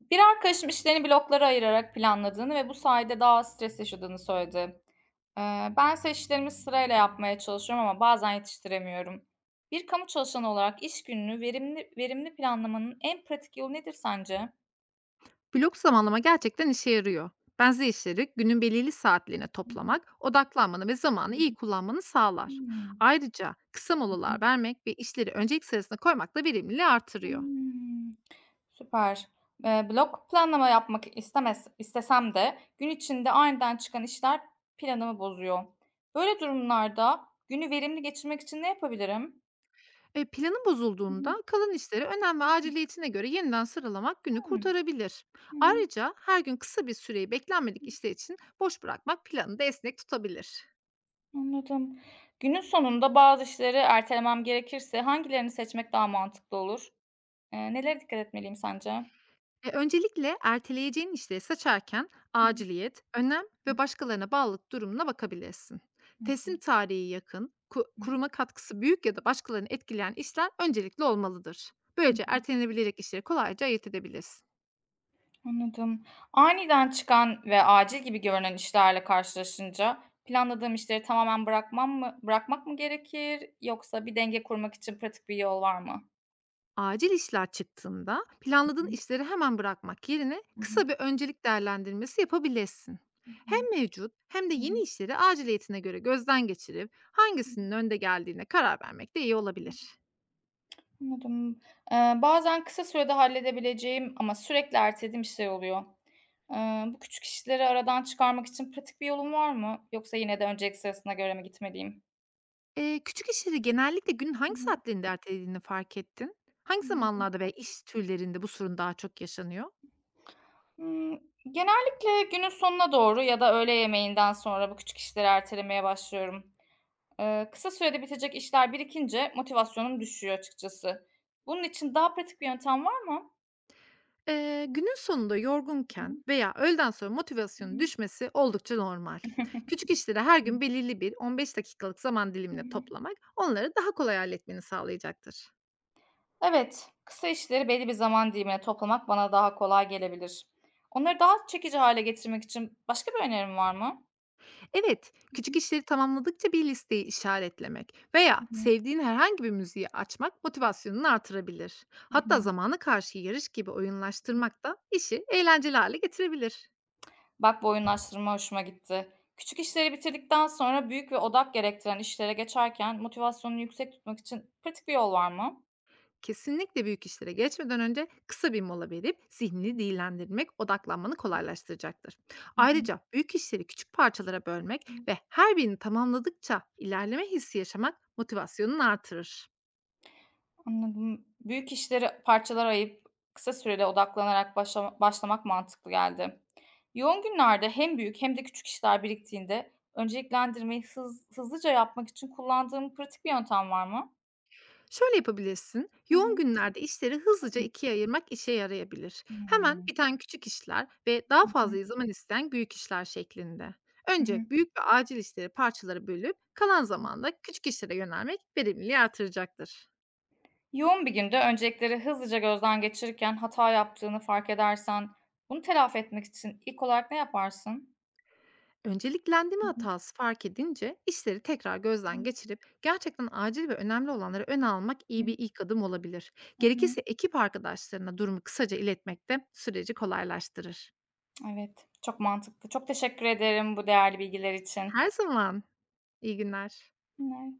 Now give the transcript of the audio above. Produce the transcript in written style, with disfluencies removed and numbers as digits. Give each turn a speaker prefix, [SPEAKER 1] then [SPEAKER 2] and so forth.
[SPEAKER 1] Bir arkadaşım işlerini bloklara ayırarak planladığını ve bu sayede daha az stres yaşadığını söyledi. Ee, bense işlerimi sırayla yapmaya çalışıyorum ama bazen yetiştiremiyorum. Bir kamu çalışanı olarak iş gününü verimli verimli planlamanın en pratik yolu nedir sence?
[SPEAKER 2] Blok zamanlama gerçekten işe yarıyor. Benzer işleri günün belirli saatlerine
[SPEAKER 1] Hı
[SPEAKER 2] toplamak, odaklanmanı ve
[SPEAKER 1] hı.
[SPEAKER 2] zamanı iyi kullanmanı sağlar.
[SPEAKER 1] Hmm.
[SPEAKER 2] Ayrıca kısa molalar vermek ve işleri öncelik sırasına koymak da verimliliği artırıyor.
[SPEAKER 1] Hmm. Süper. Blok planlama yapmak istemez, istesem de gün içinde aniden çıkan işler planımı bozuyor. Böyle durumlarda günü verimli geçirmek için ne yapabilirim?
[SPEAKER 2] Planın bozulduğunda kalan işleri önem ve aciliyetine göre yeniden sıralamak günü kurtarabilir.
[SPEAKER 1] Hı hı.
[SPEAKER 2] Ayrıca her gün kısa bir süreyi
[SPEAKER 1] Hı.
[SPEAKER 2] beklenmedik işler için boş bırakmak planı da esnek tutabilir.
[SPEAKER 1] Anladım. Günün sonunda bazı işleri ertelemem gerekirse hangilerini seçmek daha mantıklı olur? Nelere dikkat etmeliyim sence? Hı
[SPEAKER 2] Öncelikle erteleyeceğin işleri seçerken
[SPEAKER 1] hı.
[SPEAKER 2] aciliyet, önem
[SPEAKER 1] Hı
[SPEAKER 2] ve başkalarına bağlılık durumuna bakabilirsin.
[SPEAKER 1] hı.
[SPEAKER 2] Teslim tarihi yakın,
[SPEAKER 1] Hı.
[SPEAKER 2] kuruma katkısı büyük ya da başkalarını etkileyen işler öncelikli olmalıdır. Böylece ertelenebilecek işleri kolayca ayırt edebilirsin.
[SPEAKER 1] Anladım. Aniden çıkan ve acil gibi görünen işlerle karşılaşınca planladığım işleri tamamen bırakmam mı bırakmak mı gerekir yoksa bir denge kurmak için pratik bir yol var mı?
[SPEAKER 2] Acil işler çıktığında planladığın işleri hemen bırakmak yerine
[SPEAKER 1] Hı.
[SPEAKER 2] kısa bir öncelik değerlendirmesi yapabilirsin.
[SPEAKER 1] Hı hı.
[SPEAKER 2] Hem mevcut hem de
[SPEAKER 1] Hı hı.
[SPEAKER 2] yeni işleri aciliyetine göre gözden geçirip
[SPEAKER 1] Hı
[SPEAKER 2] hangisinin önde geldiğine karar vermek de iyi
[SPEAKER 1] hı.
[SPEAKER 2] olabilir.
[SPEAKER 1] Anladım. Bazen kısa sürede halledebileceğim ama sürekli ertelediğim bir şey oluyor. Bu küçük işleri aradan çıkarmak için pratik bir yolun var mı? Yoksa yine de öncelik sırasına göre mi gitmeliyim?
[SPEAKER 2] Küçük işleri genellikle günün
[SPEAKER 1] Hı
[SPEAKER 2] hangi
[SPEAKER 1] hı.
[SPEAKER 2] saatlerinde ertelediğini fark ettin? Hangi
[SPEAKER 1] Hımm.
[SPEAKER 2] zamanlarda veya iş türlerinde bu sorun daha çok yaşanıyor?
[SPEAKER 1] Genellikle günün sonuna doğru ya da öğle yemeğinden sonra bu küçük işleri ertelemeye başlıyorum. Kısa sürede bitecek işler birikince motivasyonum düşüyor açıkçası. Bunun için daha pratik bir yöntem var mı?
[SPEAKER 2] Günün sonunda yorgunken veya öğleden sonra motivasyonun düşmesi oldukça normal. Küçük işleri her
[SPEAKER 1] Hı
[SPEAKER 2] gün belirli bir 15 dakikalık zaman
[SPEAKER 1] hı.
[SPEAKER 2] dilimine toplamak onları daha kolay halletmeni sağlayacaktır.
[SPEAKER 1] Evet, kısa işleri belli bir zaman dilimine toplamak bana daha kolay gelebilir. Onları daha çekici hale getirmek için başka bir önerim var mı?
[SPEAKER 2] Evet, küçük işleri tamamladıkça bir listeyi işaretlemek veya
[SPEAKER 1] Hı,
[SPEAKER 2] sevdiğin herhangi bir müziği açmak motivasyonunu artırabilir.
[SPEAKER 1] hı
[SPEAKER 2] Hatta
[SPEAKER 1] hı,
[SPEAKER 2] zamana karşı yarış gibi
[SPEAKER 1] hı.
[SPEAKER 2] oyunlaştırmak da işi eğlenceli hale getirebilir.
[SPEAKER 1] Bak bu oyunlaştırma hoşuma gitti. Küçük işleri bitirdikten sonra büyük ve odak gerektiren işlere geçerken motivasyonunu yüksek tutmak için pratik bir yol var mı?
[SPEAKER 2] Kesinlikle büyük işlere geçmeden önce kısa bir mola verip zihnini dinlendirmek odaklanmanı kolaylaştıracaktır.
[SPEAKER 1] Hı
[SPEAKER 2] Ayrıca büyük işleri küçük parçalara bölmek
[SPEAKER 1] hı.
[SPEAKER 2] ve her birini tamamladıkça ilerleme hissi yaşamak motivasyonunu artırır.
[SPEAKER 1] Anladım. Büyük işleri parçalara ayıp kısa sürede odaklanarak başlamak mantıklı geldi. Yoğun günlerde hem büyük hem de küçük işler biriktiğinde önceliklendirmeyi hızlıca yapmak için kullandığım pratik bir yöntem var mı?
[SPEAKER 2] Şöyle yapabilirsin.
[SPEAKER 1] Hı
[SPEAKER 2] Yoğun
[SPEAKER 1] hı.
[SPEAKER 2] günlerde işleri hızlıca ikiye ayırmak işe yarayabilir. Hemen
[SPEAKER 1] Hmm.
[SPEAKER 2] biten küçük işler ve daha
[SPEAKER 1] Hı hı.
[SPEAKER 2] fazla zaman isteyen büyük işler şeklinde.
[SPEAKER 1] Hı
[SPEAKER 2] Önce
[SPEAKER 1] hı.
[SPEAKER 2] büyük ve acil işleri parçalara bölüp kalan zamanda küçük işlere yönelmek verimliliği artıracaktır.
[SPEAKER 1] Yoğun bir günde öncelikleri hızlıca gözden geçirirken hata yaptığını fark edersen bunu telafi etmek için ilk olarak ne yaparsın?
[SPEAKER 2] Önceliklendirme
[SPEAKER 1] Hı hı.
[SPEAKER 2] hatası fark edince işleri tekrar
[SPEAKER 1] Hı
[SPEAKER 2] gözden geçirip gerçekten acil ve önemli olanları öne almak
[SPEAKER 1] hı.
[SPEAKER 2] iyi bir ilk adım olabilir.
[SPEAKER 1] Hı hı.
[SPEAKER 2] Gerekirse ekip arkadaşlarına durumu kısaca iletmek de süreci kolaylaştırır.
[SPEAKER 1] Evet, çok mantıklı. Çok teşekkür ederim bu değerli bilgiler için.
[SPEAKER 2] Her zaman, iyi günler.
[SPEAKER 1] Ne?